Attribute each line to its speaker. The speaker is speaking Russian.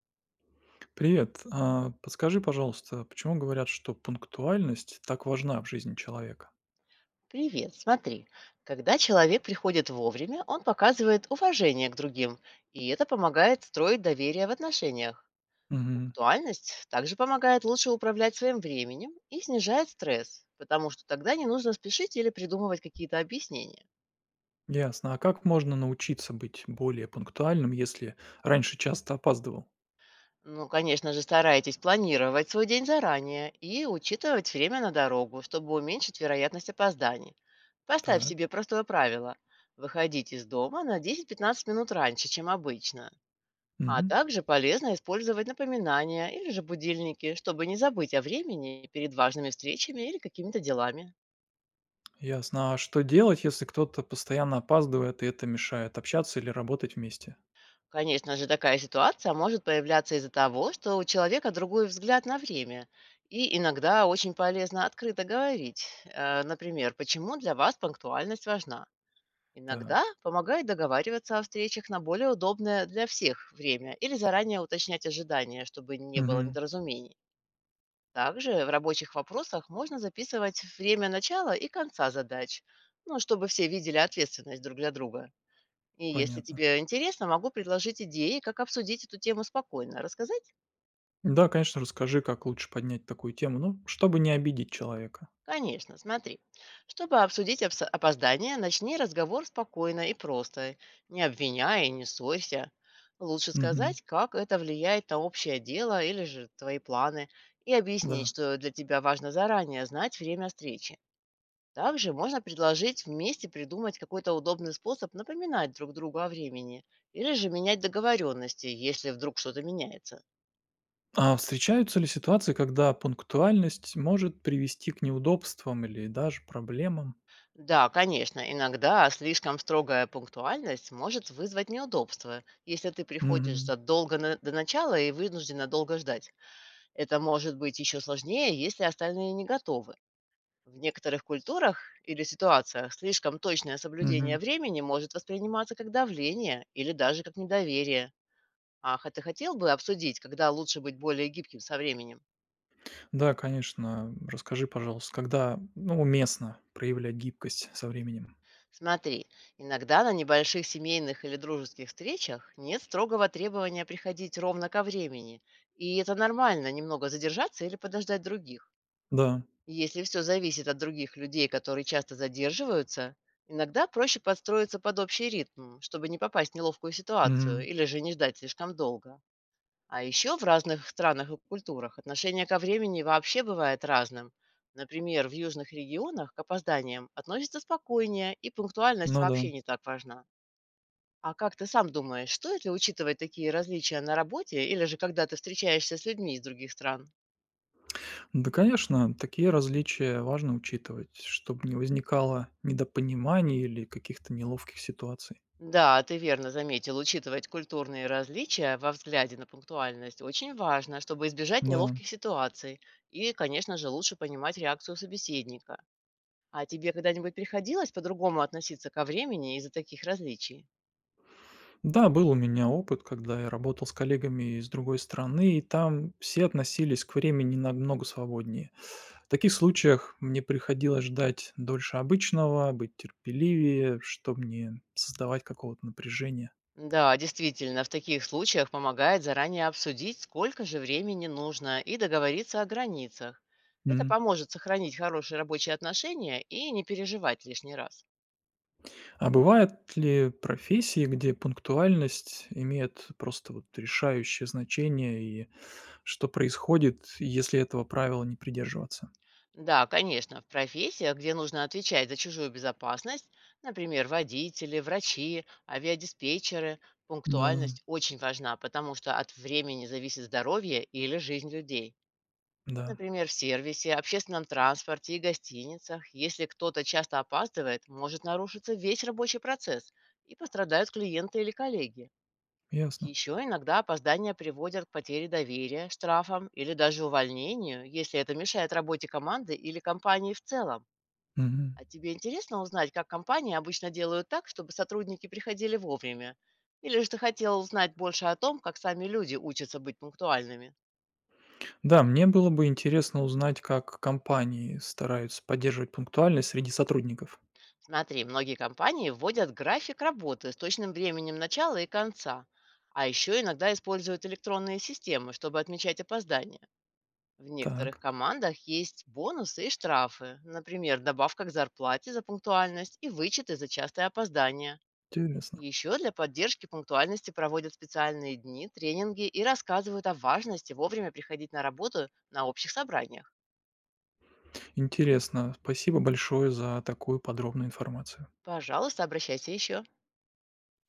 Speaker 1: Привет. А, подскажи, пожалуйста, почему говорят, что пунктуальность так важна в жизни человека?
Speaker 2: Привет, смотри. Когда человек приходит вовремя, он показывает уважение к другим, и это помогает строить доверие в отношениях.
Speaker 1: Мгм.
Speaker 2: Пунктуальность также помогает лучше управлять своим временем и снижает стресс, потому что тогда не нужно спешить или придумывать какие-то объяснения.
Speaker 1: Ясно. А как можно научиться быть более пунктуальным, если раньше часто опаздывал?
Speaker 2: Ну, конечно же, старайтесь планировать свой день заранее и учитывать время на дорогу, чтобы уменьшить вероятность опозданий. Поставь
Speaker 1: Так.
Speaker 2: себе простое правило – выходить из дома на 10-15 минут раньше, чем обычно. А
Speaker 1: Мгм.
Speaker 2: также полезно использовать напоминания или же будильники, чтобы не забыть о времени перед важными встречами или какими-то делами.
Speaker 1: Ясно. А что делать, если кто-то постоянно опаздывает, и это мешает общаться или работать вместе?
Speaker 2: Конечно же, такая ситуация может появляться из-за того, что у человека другой взгляд на время. И иногда очень полезно открыто говорить, например, почему для вас пунктуальность важна. Иногда
Speaker 1: Так.
Speaker 2: помогает договариваться о встречах на более удобное для всех время или заранее уточнять ожидания, чтобы не было
Speaker 1: Мгм.
Speaker 2: недоразумений. Также в рабочих вопросах можно записывать время начала и конца задач, ну, чтобы все видели ответственность друг для друга. И если
Speaker 1: Понятно.
Speaker 2: тебе интересно, могу предложить идеи, как обсудить эту тему спокойно. Рассказать?
Speaker 1: Да, конечно, расскажи, как лучше поднять такую тему, ну, чтобы не обидеть человека.
Speaker 2: Конечно, смотри. Чтобы обсудить опоздание, начни разговор спокойно и просто, не обвиняя и не ссорься. Лучше
Speaker 1: Мгм.
Speaker 2: сказать, как это влияет на общее дело или же твои планы, и объяснить,
Speaker 1: Да.
Speaker 2: что для тебя важно заранее знать время встречи. Также можно предложить вместе придумать какой-то удобный способ напоминать друг другу о времени или же менять договоренности, если вдруг что-то меняется.
Speaker 1: А встречаются ли ситуации, когда пунктуальность может привести к неудобствам или даже проблемам?
Speaker 2: Да, конечно, иногда слишком строгая пунктуальность может вызвать неудобства, если ты приходишь
Speaker 1: Мгм.
Speaker 2: задолго до начала и вынуждена долго ждать. Это может быть еще сложнее, если остальные не готовы. В некоторых культурах или ситуациях слишком точное соблюдение
Speaker 1: Мгм.
Speaker 2: времени может восприниматься как давление или даже как недоверие. Ты хотел бы обсудить, когда лучше быть более гибким со временем?
Speaker 1: Да, конечно. Расскажи, пожалуйста, когда, ну, уместно проявлять гибкость со временем?
Speaker 2: Смотри, иногда на небольших семейных или дружеских встречах нет строгого требования приходить ровно ко времени. И это нормально, немного задержаться или подождать других.
Speaker 1: Да.
Speaker 2: Если все зависит от других людей, которые часто задерживаются, иногда проще подстроиться под общий ритм, чтобы не попасть в неловкую
Speaker 1: Мгм.
Speaker 2: ситуацию или же не ждать слишком долго. А еще в разных странах и культурах отношение ко времени вообще бывает разным. Например, в южных регионах к опозданиям относятся спокойнее, и пунктуальность
Speaker 1: Ну да.
Speaker 2: вообще не так важна. А как ты сам думаешь, стоит ли учитывать такие различия на работе или же когда ты встречаешься с людьми из других стран?
Speaker 1: Да, конечно, такие различия важно учитывать, чтобы не возникало недопониманий или каких-то неловких ситуаций.
Speaker 2: Да, ты верно заметил, учитывать культурные различия во взгляде на пунктуальность очень важно, чтобы избежать
Speaker 1: Да.
Speaker 2: неловких ситуаций и, конечно же, лучше понимать реакцию собеседника. А тебе когда-нибудь приходилось по-другому относиться ко времени из-за таких различий?
Speaker 1: Да, был у меня опыт, когда я работал с коллегами из другой страны, и там все относились к времени намного свободнее. В таких случаях мне приходилось ждать дольше обычного, быть терпеливее, чтобы не создавать какого-то напряжения.
Speaker 2: Да, действительно, в таких случаях помогает заранее обсудить, сколько же времени нужно, и договориться о границах. Это
Speaker 1: М.
Speaker 2: поможет сохранить хорошие рабочие отношения и не переживать лишний раз.
Speaker 1: А бывают ли профессии, где пунктуальность имеет просто вот решающее значение, и что происходит, если этого правила не придерживаться?
Speaker 2: Да, конечно, в профессиях, где нужно отвечать за чужую безопасность, например, водители, врачи, авиадиспетчеры,
Speaker 1: Да-да,
Speaker 2: пунктуальность очень важна, потому что от времени зависит здоровье или жизнь людей.
Speaker 1: да,
Speaker 2: Например, в сервисе, общественном транспорте и гостиницах, если кто-то часто опаздывает, может нарушиться весь рабочий процесс и пострадают клиенты или коллеги.
Speaker 1: ясно.
Speaker 2: Еще иногда опоздания приводят к потере доверия, штрафам или даже увольнению, если это мешает работе команды или компании в целом.
Speaker 1: Мгм.
Speaker 2: А тебе интересно узнать, как компании обычно делают так, чтобы сотрудники приходили вовремя? Или же ты хотел узнать больше о том, как сами люди учатся быть пунктуальными?
Speaker 1: Да, мне было бы интересно узнать, как компании стараются поддерживать пунктуальность среди сотрудников.
Speaker 2: Смотри, многие компании вводят график работы с точным временем начала и конца, а еще иногда используют электронные системы, чтобы отмечать опоздания. В некоторых
Speaker 1: Так,
Speaker 2: командах есть бонусы и штрафы, например, добавка к зарплате за пунктуальность и вычеты за частое опоздание.
Speaker 1: интересно.
Speaker 2: Еще для поддержки пунктуальности проводят специальные дни, тренинги и рассказывают о важности вовремя приходить на работу на общих собраниях.
Speaker 1: Интересно. Спасибо большое за такую подробную информацию.
Speaker 2: Пожалуйста, обращайся еще.